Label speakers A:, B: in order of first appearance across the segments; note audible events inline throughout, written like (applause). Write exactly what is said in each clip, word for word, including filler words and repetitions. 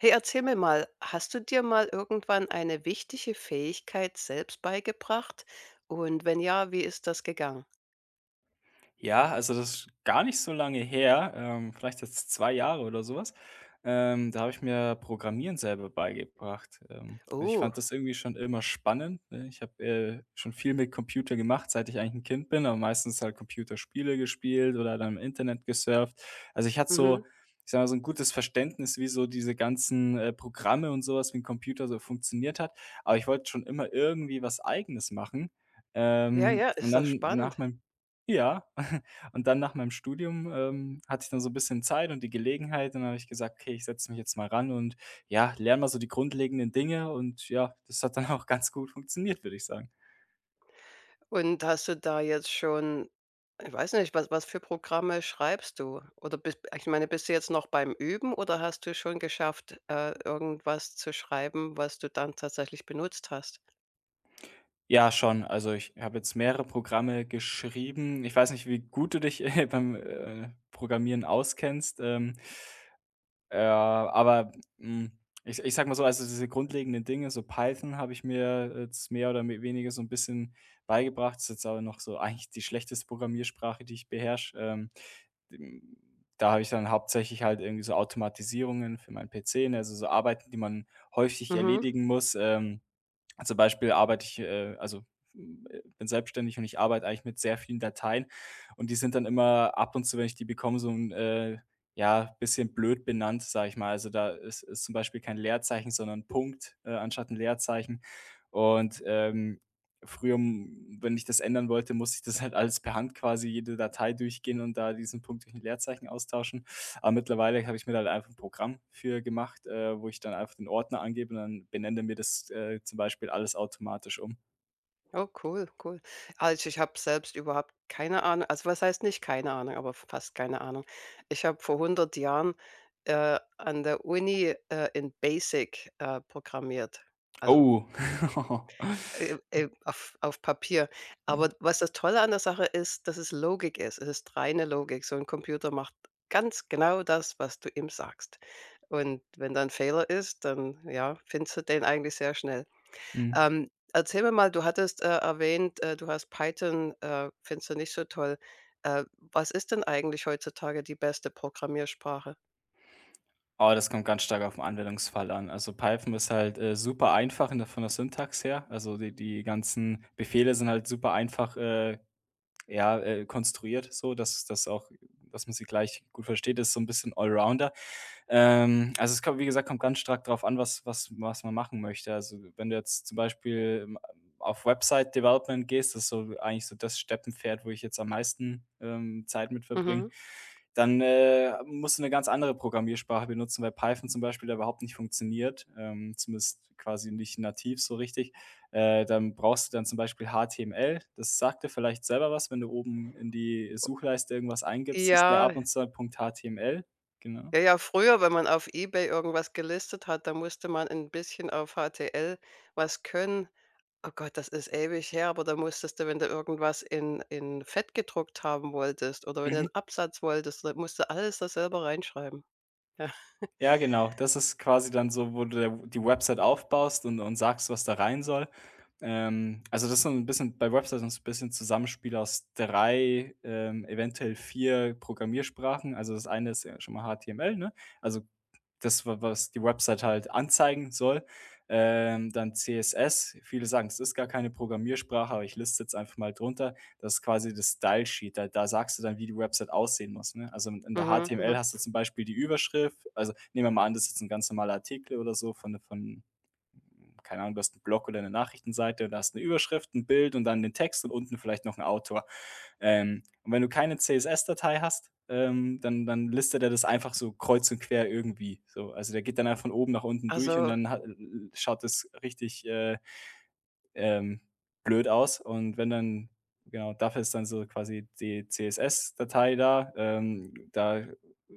A: Hey, erzähl mir mal, hast du dir mal irgendwann eine wichtige Fähigkeit selbst beigebracht? Und wenn ja, wie ist das gegangen?
B: Ja, also das ist gar nicht so lange her, ähm, vielleicht jetzt zwei Jahre oder sowas. Ähm, da habe ich mir Programmieren selber beigebracht. Ähm, also ich
A: Oh,
B: fand das irgendwie schon immer spannend, ne? Ich habe, äh, schon viel mit Computer gemacht, seit ich eigentlich ein Kind bin, aber meistens halt Computerspiele gespielt oder dann im Internet gesurft. Also ich hatte
A: mhm.
B: so, ich sag mal, so ein gutes Verständnis, wie so diese ganzen, äh, Programme und sowas was wie 'n Computer so funktioniert hat. Aber ich wollte schon immer irgendwie was Eigenes machen.
A: Ja,
B: Ähm,
A: ja,
B: und
A: ist doch
B: dann nach
A: spannend.
B: meinem ja, (laughs) und dann nach meinem Studium, ähm, hatte ich dann so ein bisschen Zeit und die Gelegenheit und dann habe ich gesagt: „Okay, ich setze mich jetzt mal ran und, ja, lerne mal so die grundlegenden Dinge.“ Und ja, das hat dann (laughs) auch ganz gut funktioniert, würde ich sagen.
A: Und hast du da jetzt schon, ich weiß nicht, was, was für Programme schreibst du? Oder bist, ich meine, bist du jetzt noch beim Üben oder hast du schon geschafft, äh, irgendwas zu schreiben, was du dann tatsächlich benutzt hast?
B: Ja, schon. Also, ich habe jetzt mehrere Programme geschrieben. Ich weiß nicht, wie gut du dich (laughs) beim, äh, Programmieren auskennst. Ähm Ja, aber, hm, ich ich sag mal so, also diese grundlegenden Dinge, so Python habe ich mir jetzt mehr oder me weniger so ein bisschen beigebracht. Ist jetzt aber noch so (laughs) eigentlich die schlechteste Programmiersprache, die ich beherrsche. Ähm, hm, da habe ich dann hauptsächlich halt irgendwie so Automatisierungen für meinen P C, ne, also so Arbeiten, die man häufig
A: Mhm.
B: erledigen muss, ähm zum Beispiel arbeite ich, äh also, äh, bin selbstständig und ich arbeite eigentlich mit sehr vielen Dateien und die sind dann immer ab und zu, wenn ich die bekomme, so ein äh, ja, bisschen blöd benannt, sage ich mal. Also, da ist ist zum Beispiel kein Leerzeichen, sondern 'n Punkt, äh, anstatt ein Leerzeichen. Und, ähm, früher, hm, wenn ich das ändern wollte, musste ich das halt alles per Hand quasi jede Datei durchgehen und da diesen Punkt durch ein Leerzeichen austauschen. Aber mittlerweile habe ich mir da halt einfach ein Programm für gemacht, äh, wo ich dann einfach den Ordner angebe und dann benenne mir das, äh, zum Beispiel alles automatisch um.
A: Oh, cool, cool. Also, ich habe selbst überhaupt keine Ahnung, also, was heißt nicht keine Ahnung, aber fast keine Ahnung. Ich habe vor hundert Jahren, äh, an der Uni, äh, in BASIC, äh, programmiert, also,
B: Oh. (laughs)
A: äh, äh, auf auf Papier.
B: Mhm,
A: Aber was das Tolle an der Sache ist, dass es Logik ist. Es ist reine Logik. So ein Computer macht ganz genau das, was du ihm sagst. Und wenn da 'n Fehler ist, dann, ja, findest du den eigentlich sehr schnell.
B: mhm.
A: Ähm, erzähl mir mal, du hattest, äh, erwähnt, äh, du hast Python, äh, findest du nicht so toll. Äh, was ist denn eigentlich heutzutage die beste Programmiersprache?
B: Aber das kommt ganz stark auf den Anwendungsfall an. Also, Python ist halt, äh, super einfach in der von der Syntax her. Also, die die ganzen Befehle sind halt super einfach, äh, ja, äh, konstruiert so, dass dass auch dass man sie gleich gut versteht. Das ist so ein bisschen Allrounder. Ähm, also, es kommt wie gesagt, kommt ganz stark darauf an, was was was man machen möchte. Also, wenn du jetzt zum Beispiel, ähm, auf Website Development gehst, das ist so eigentlich so das Steppenpferd, wo ich jetzt am meisten, ähm, Zeit mit verbringe,
A: Mhm.
B: dann, äh, musst du eine ganz andere Programmiersprache benutzen, weil Python zum Beispiel da überhaupt nicht funktioniert, ähm, zumindest quasi nicht nativ so richtig. Äh, dann brauchst du dann zum Beispiel H T M L. Das sagt dir vielleicht selber was, wenn du oben in die Suchleiste irgendwas eingibst, siehst du ja
A: Ja,
B: ab und zu .html, genau.
A: ja, ja, früher, wenn man auf eBay irgendwas gelistet hat, da musste man ein bisschen auf H T L was können. Oh Gott, das ist ewig her, aber da musstest du, wenn du irgendwas in in Fett gedruckt haben wolltest oder wenn du
B: Mhm.
A: einen Absatz wolltest, da musst du alles da selber reinschreiben. Ja.
B: Ja, genau. Das ist quasi dann so, wo du der die Website aufbaust und und sagst, was da rein soll. Ähm, also, das ist so 'n bisschen bei Websites ist 'n bisschen Zusammenspiel aus drei ähm, eventuell vier Programmiersprachen. Also, das eine ist ja schon mal H T M L, ne? Also, das, wa was die Website halt anzeigen soll. Ähm, dann C S S. Viele sagen, es ist gar keine Programmiersprache, aber ich liste jetzt einfach mal drunter. Das ist quasi das Style Sheet. Da da sagst du dann, wie die Website aussehen muss, ne? Also, in in der
A: Mhm,
B: H T M L
A: mhm.
B: hast du zum Beispiel die Überschrift. Also, nehmen wir mal an, das ist jetzt 'n ganz normaler Artikel oder so von 'ne von keine Ahnung, du hast 'n Blog oder eine Nachrichtenseite und da hast eine Überschrift, ein Bild und dann den Text und unten vielleicht noch 'n Autor. Ähm, und wenn du keine C S S-Datei hast, ähm, dann dann listet er das einfach so kreuz und quer irgendwie so. Also, der geht dann einfach von oben nach unten durch und
A: Also
B: dann ha schaut das richtig, äh ähm, blöd aus. Und wenn dann genau, dafür ist dann so quasi die C S S-Datei da. Ähm, da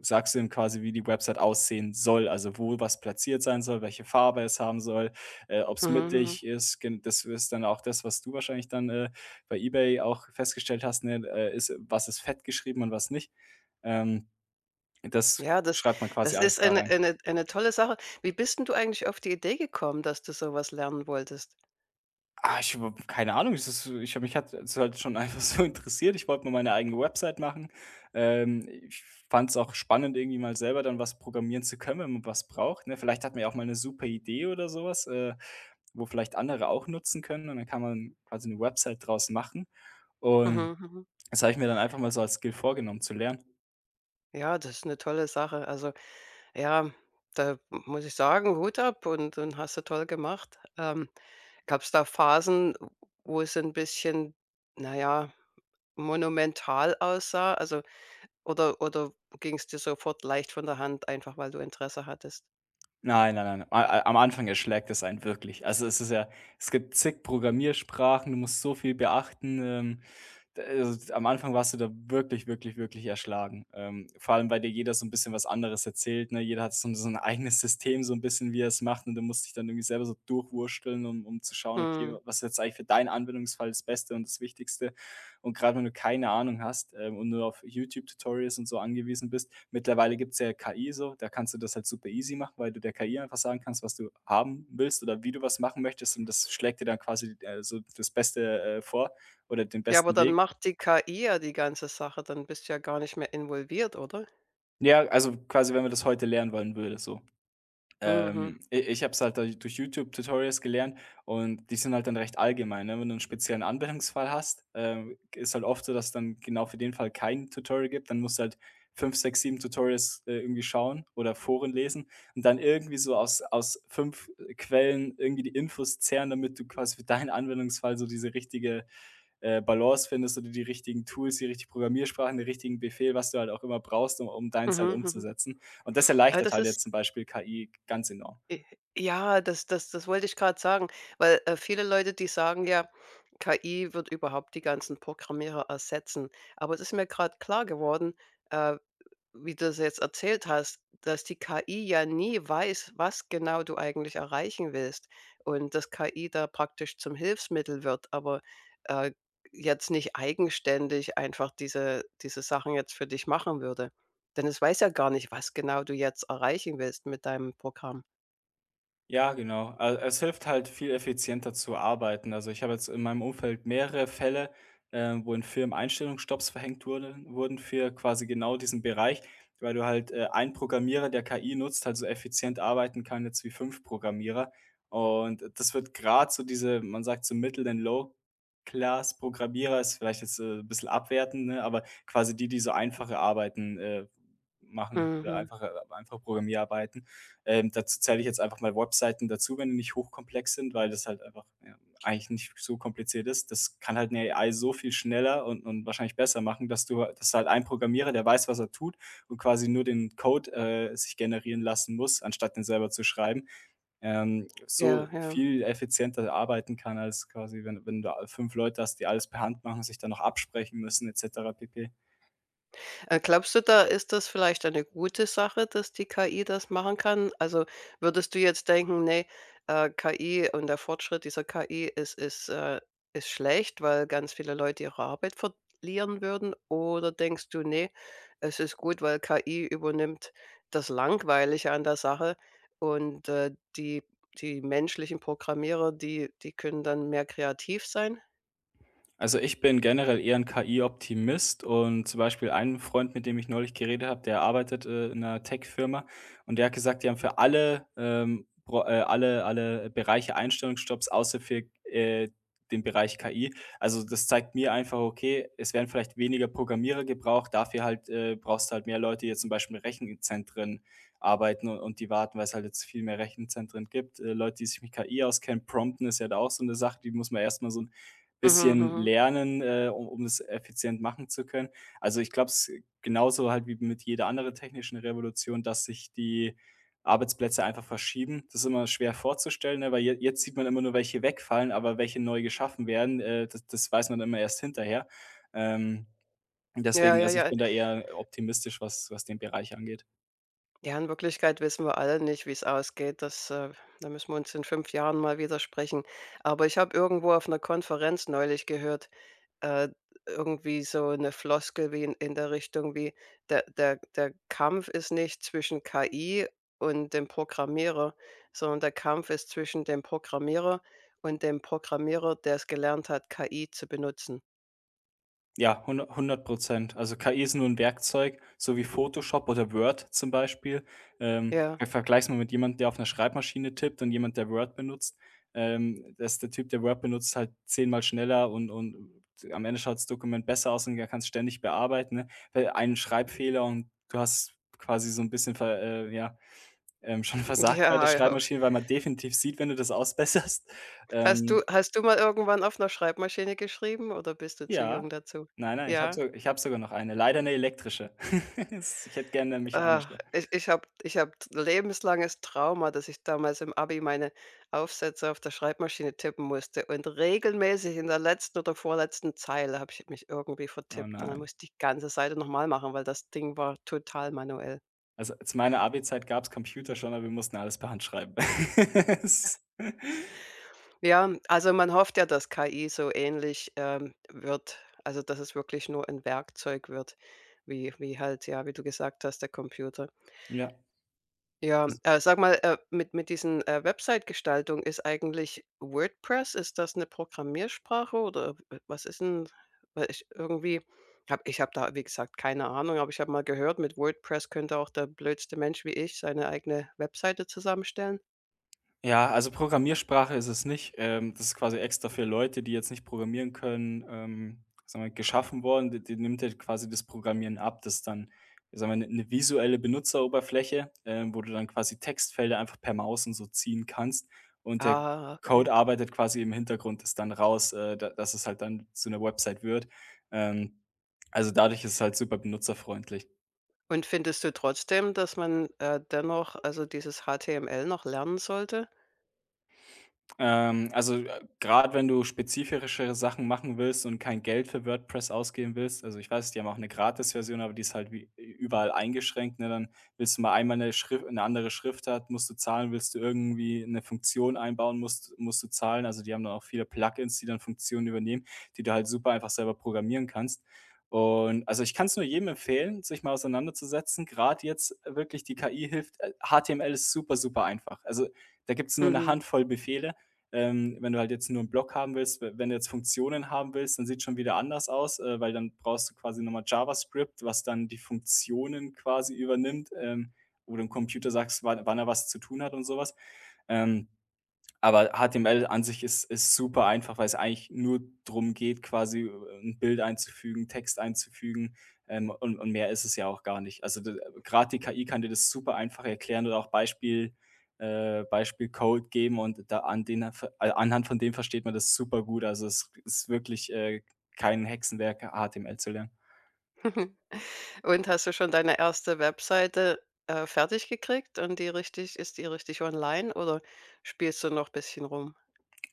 B: sagst du ihm quasi, wie die Website aussehen soll, also wo was platziert sein soll, welche Farbe es haben soll, äh, ob es
A: mhm, mhm.
B: mittig ist. Gen Das ist dann auch das, was du wahrscheinlich dann, äh, bei eBay auch festgestellt hast, ne, äh, ist was ist fett geschrieben und was nicht. Ähm, das
A: Ja, das
B: schreibt man quasi
A: das
B: alles
A: ist
B: da
A: eine
B: rein.
A: eine eine tolle Sache. Wie bist denn du eigentlich auf die Idee gekommen, dass du so was lernen wolltest?
B: Ah, ich habe keine Ahnung, das ist so, ich habe mich hat es halt schon einfach (laughs) so interessiert. Ich wollte mal meine eigene Website machen. Ähm, ich fand es auch spannend, irgendwie mal selber dann was programmieren zu können, wenn man was braucht, ne? Vielleicht hat man ja auch mal eine super Idee oder sowas, äh, wo vielleicht andere auch nutzen können und dann kann man quasi eine Website draus machen. Und
A: Mhm, mhm.
B: das habe ich mir dann einfach mal so als Skill vorgenommen zu lernen.
A: Ja, das ist eine tolle Sache. Also, ja, da muss ich sagen, Hut ab, und und hast du toll gemacht. Ähm, Gab es da Phasen, wo es ein bisschen, naja, monumental aussah? Also, oder oder ging es dir sofort leicht von der Hand, einfach weil du Interesse hattest?
B: Nein, nein, nein, a a am Anfang erschlägt es einen wirklich. Also, es ist ja es gibt zig Programmiersprachen, du musst so viel beachten, ähm, D also, am Anfang warst du da wirklich, wirklich, wirklich erschlagen. Ähm, vor allem, weil dir jeder so ein bisschen was anderes erzählt, ne? Jeder hat so 'n so 'n eigenes System, so ein bisschen, wie er es macht und du musst dich dann irgendwie selber so durchwursteln, um um zu schauen: „Okay,
A: Mhm.
B: was ist jetzt eigentlich für deinen Anwendungsfall das Beste und das Wichtigste?“ Und gerade wenn du keine Ahnung hast, ähm, und nur auf YouTube-Tutorials und so angewiesen bist mittlerweile gibt's ja K I so, da kannst du das halt super easy machen, weil du der K I einfach sagen kannst, was du haben willst oder wie du was machen möchtest und das schlägt dir dann quasi, äh, so das Beste, äh, vor oder den
A: Ja, aber
B: besten
A: dann
B: Weg.
A: macht die K I ja die ganze Sache, dann bist du ja gar nicht mehr involviert, oder?
B: Ja, also quasi, wenn man das heute lernen wollen würde, so.
A: Mhm.
B: Ähm, i ich habe es halt durch durch YouTube-Tutorials gelernt und die sind halt dann recht allgemein, ne? Wenn du einen speziellen Anwendungsfall hast, ähm, ist halt oft so, dass dann genau für den Fall kein Tutorial gibt. Dann musst du halt fünf, sechs, sieben Tutorials, äh, irgendwie schauen oder Foren lesen und dann irgendwie so aus aus fünf Quellen irgendwie die Infos zehren, damit du quasi für deinen Anwendungsfall so diese richtige, äh, Balance findest oder die richtigen Tools, die richtige Programmiersprachen, den richtigen Befehl, was du halt auch immer brauchst, um um deins halt
A: Mhm, mhm.
B: umzusetzen. Und das
A: Aber
B: erleichtert
A: das
B: halt jetzt
A: ist,
B: zum Beispiel K I ganz enorm.
A: äh, ja, das das das wollte ich gerade sagen, weil, äh, viele Leute, die sagen ja, K I wird überhaupt die ganzen Programmierer ersetzen. Aber es ist mir gerade klar geworden, äh wie du das jetzt erzählt hast, dass die K I ja nie weiß, was genau du eigentlich erreichen willst, und dass K I da praktisch zum Hilfsmittel wird, aber äh, jetzt nicht eigenständig einfach diese, diese Sachen jetzt für dich machen würde. Denn es weiß ja gar nicht, was genau du jetzt erreichen willst mit deinem Programm.
B: Ja, genau. Also, es hilft halt, viel effizienter zu arbeiten. Also, ich habe jetzt in meinem Umfeld mehrere Fälle, äh, wo in Firmen Einstellungsstopps verhängt wurden wurden für quasi genau diesen Bereich, weil du halt, äh, ein Programmierer, der K I nutzt, halt so effizient arbeiten kann jetzt wie fünf Programmierer. Und das wird gerade so diese man sagt so Middle and Low Class Programmierer ist vielleicht jetzt, äh, ein bisschen abwertend, ne, aber quasi die, die so einfache Arbeiten, äh, machen oder
A: Mhm.
B: einfache einfache Programmierarbeiten. Ähm, dazu zähle ich jetzt einfach mal Webseiten dazu, wenn die nicht hochkomplex sind, weil das halt einfach, ja, eigentlich nicht so kompliziert ist. Das kann halt 'ne A I so viel schneller und und wahrscheinlich besser machen, dass du dass halt ein Programmierer, der weiß, was er tut und quasi nur den Code, äh, sich generieren lassen muss, anstatt den selber zu schreiben, ähm, so
A: Ja, ja.
B: viel effizienter arbeiten kann als quasi, wenn wenn du fünf Leute hast, die alles per Hand machen, sich dann noch absprechen müssen et cetera pp.
A: Äh, glaubst du, da ist das vielleicht eine gute Sache, dass die K I das machen kann? Also, würdest du jetzt denken: „Nee, äh, K I und der Fortschritt dieser K I ist ist, äh ist schlecht, weil ganz viele Leute ihre Arbeit verlieren würden“, oder denkst du: „Nee, es ist gut, weil K I übernimmt das Langweilige an der Sache und, äh, die die menschlichen Programmierer, die die können dann mehr kreativ sein“?
B: Also, ich bin generell eher 'n K I-Optimist und zum Beispiel ein Freund, mit dem ich neulich geredet habe, der arbeitet, äh, in einer Tech-Firma und der hat gesagt, die haben für alle, ähm, bro äh, alle alle Bereiche Einstellungsstopps außer für, äh, den Bereich K I. Also, das zeigt mir einfach, okay, es werden vielleicht weniger Programmierer gebraucht, dafür halt, äh, brauchst du halt mehr Leute, die jetzt zum Beispiel in Rechenzentren arbeiten u und die warten, weil es halt jetzt viel mehr Rechenzentren gibt. Äh, Leute, die sich mit K I auskennen, Prompten ist ja da auch so eine Sache, die muss man erstmal so
A: Mhm,
B: bisschen
A: mhm.
B: lernen, äh, um um es effizient machen zu können. Also, ich glaube es genauso halt wie mit jeder anderen technischen Revolution, dass sich die Arbeitsplätze einfach verschieben. Das ist immer schwer vorzustellen, ne, weil je jetzt sieht man immer nur, welche wegfallen, aber welche neu geschaffen werden, äh, das das weiß man immer erst hinterher. Ähm,
A: Ja,
B: deswegen
A: ja,
B: also, ich
A: ja.
B: bin da eher optimistisch, was was den Bereich angeht.
A: Ja, in Wirklichkeit wissen wir alle nicht, wie's ausgeht. Das, äh da müssen wir uns in fünf Jahren mal wieder sprechen. Aber ich habe irgendwo auf 'ner Konferenz neulich gehört. Äh, irgendwie so eine Floskel wie in in der Richtung wie: „Der der der Kampf ist nicht zwischen K I und dem Programmierer, sondern der Kampf ist zwischen dem Programmierer und dem Programmierer, der es gelernt hat, K I zu benutzen.“
B: Ja, hundert Prozent. Also, K I ist nur ein Werkzeug, so wie Photoshop oder Word zum Beispiel. Ähm,
A: Ja.
B: ich
A: (laughs)
B: vergleiche mal mit jemand, der auf einer Schreibmaschine tippt und jemand, der Word benutzt. Ähm, dass der Typ, der Word benutzt, halt zehnmal schneller und und am Ende schaut das Dokument besser aus, und er kann es ständig bearbeiten, ne? Weil ein Schreibfehler und du hast quasi so ein bisschen ver äh, ja, ähm, schon (laughs) versagt bei der
A: Ja, ja.
B: Schreibmaschine, weil man definitiv sieht, wenn du das ausbesserst.
A: Hast
B: Ähm
A: du hast du mal irgendwann auf einer Schreibmaschine geschrieben, oder bist du zu
B: Ja.
A: jung dazu?
B: Nein, nein, ich habe
A: Ja.
B: so ich habe sogar noch eine, leider 'ne elektrische. (laughs) S Ich hätte gern 'ne
A: Ach,
B: mechanische.
A: ich ich habe ich habe lebenslanges Trauma, dass ich damals im Abi meine Aufsätze auf der Schreibmaschine tippen musste und regelmäßig in der letzten oder vorletzten Zeile habe ich mich irgendwie
B: Oh
A: vertippt und dann
B: nein.
A: musste ich die ganze Seite nochmal machen, weil das Ding war total manuell.
B: Also, zu meiner Abi-Zeit gab's Computer schon, aber wir mussten alles per Hand schreiben. (laughs) S
A: Ja, also man hofft ja, dass K I so ähnlich, ähm, wird, also dass es wirklich nur ein Werkzeug wird, wie wie halt, ja, wie du gesagt hast, der Computer.
B: Ja.
A: Ja, äh, sag mal, äh, mit mit diesen, äh, Website-Gestaltung, ist eigentlich WordPress, ist das eine Programmiersprache oder w- was ist denn, weil ich irgendwie habe ich habe da, wie gesagt, keine Ahnung, aber ich habe mal gehört, mit WordPress könnte auch der blödste Mensch wie ich seine eigene Webseite zusammenstellen.
B: Ja, also Programmiersprache ist es nicht. Ähm, das ist quasi extra für Leute, die jetzt nicht programmieren können, ähm, sagen wir, geschaffen worden. Die, die nimmt ja quasi das Programmieren ab. Das ist dann, sagen wir, eine visuelle Benutzeroberfläche, ähm, wo du dann quasi Textfelder einfach per Maus und so ziehen kannst. Und der
A: Ah, okay.
B: Code arbeitet quasi im Hintergrund das dann raus, äh, da, dass es halt dann zu einer Website wird. Ähm, also dadurch ist es halt super benutzerfreundlich.
A: Und findest du trotzdem, dass man, äh, dennoch also dieses H T M L noch lernen sollte?
B: Ähm, also, gerade wenn du spezifischere Sachen machen willst und kein Geld für WordPress ausgeben willst. Also, ich weiß, die haben auch eine Gratis-Version, aber die ist halt wie äh, überall eingeschränkt, ne? Dann willst du mal einmal eine Schrif 'ne andere Schriftart, musst du zahlen, willst du irgendwie eine Funktion einbauen, musst musst du zahlen. Also, die haben dann auch viele Plugins, die dann Funktionen übernehmen, die du halt super einfach selber programmieren kannst. Und, also, ich kann es nur jedem empfehlen, sich mal auseinanderzusetzen. Gerade jetzt äh, wirklich die K I hilft. äh, H T M L ist super, super einfach. Also, da gibt es nur eine
A: Mhm.
B: Handvoll Befehle. Ähm, wenn du halt jetzt nur einen Block haben willst, we wenn du jetzt Funktionen haben willst, dann sieht schon wieder anders aus, äh, weil dann brauchst du quasi nochmal JavaScript, was dann die Funktionen quasi übernimmt, ähm, wo du dem Computer sagst, wann wann er was zu tun hat und sowas. Ähm aber H T M L an sich ist ist super einfach, weil es eigentlich nur darum geht, quasi, äh, 'n Bild einzufügen, Text einzufügen, ähm, und und mehr ist es ja auch gar nicht. Also, gerade grad die K I kann dir das super einfach erklären oder auch Beispiel äh, Beispielcode geben, und da an den ver äh, anhand von dem versteht man das super gut. Also, es ist wirklich, äh, kein Hexenwerk, H T M L zu lernen.
A: (laughs) Und hast du schon deine erste Webseite, äh, fertig gekriegt und die richtig ist, die richtig online, oder spielst du noch ein bisschen rum?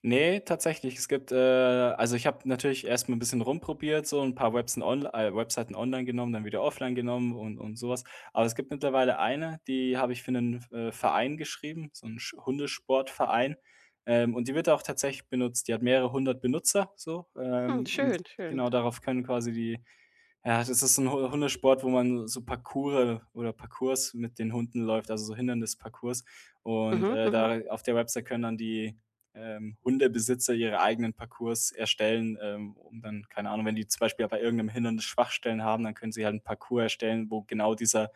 B: Nee, tatsächlich. Es gibt äh, also ich habe natürlich erst mal 'n bisschen rumprobiert, so ein paar Websen onl äh, Webseiten online genommen, dann wieder offline genommen und und sowas. Aber es gibt mittlerweile eine, die habe ich für einen äh, Verein geschrieben, so einen Sch Hundesportverein, ähm, und die wird auch tatsächlich benutzt. Die hat mehrere hundert Benutzer so,
A: Hm,
B: ähm, und
A: schön, schön.
B: genau darauf können quasi die ja, das ist so 'n Hu Hundesport, wo man so Parcours oder Parcours mit den Hunden läuft, also so Hindernisparcours. Und,
A: Mhm,
B: äh,
A: mhm.
B: da auf der Website können dann die ähm, Hundebesitzer ihre eigenen Parcours erstellen, ähm, um dann, keine Ahnung, wenn die zum Beispiel bei irgendeinem Hindernis Schwachstellen haben, dann können sie halt einen Parcours erstellen, wo genau dieser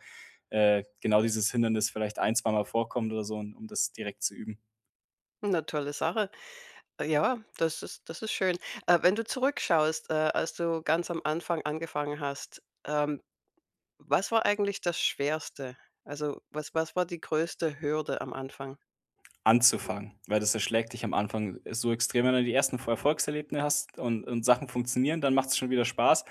B: äh, genau dieses Hindernis vielleicht ein zweimal vorkommt oder so, und um das direkt zu üben.
A: Na, tolle Sache. Äh, Ja, das ist, das ist schön. Äh, wenn du zurückschaust, äh, als du ganz am Anfang angefangen hast, ähm, was war eigentlich das Schwerste? Also, was was war die größte Hürde am Anfang?
B: Anzufangen, weil das erschlägt dich am Anfang so extrem. Wenn du die ersten Erfolgserlebnisse hast und und Sachen funktionieren, dann macht es schon wieder Spaß.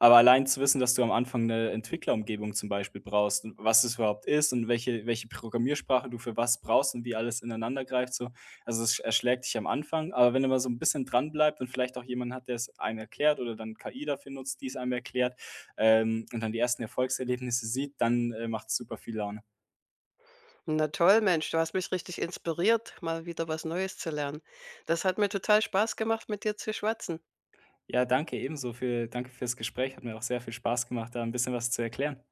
B: Aber allein zu wissen, dass du am Anfang eine Entwicklerumgebung zum Beispiel brauchst und was es überhaupt ist und welche welche Programmiersprache du für was brauchst und wie alles ineinander greift so. Also, es erschlägt dich am Anfang, aber wenn du mal so ein bisschen dran bleibst und vielleicht auch jemanden hat, der es einem erklärt oder dann K I dafür nutzt, die es einem erklärt, ähm, und dann die ersten Erfolgserlebnisse sieht, dann, äh, macht es super viel Laune.
A: Na toll, Mensch, du hast mich richtig inspiriert, mal wieder was Neues zu lernen. Das hat mir total Spaß gemacht, mit dir zu schwatzen.
B: Ja, danke ebenso für danke fürs Gespräch. Hat mir auch sehr viel Spaß gemacht, da ein bisschen was zu erklären.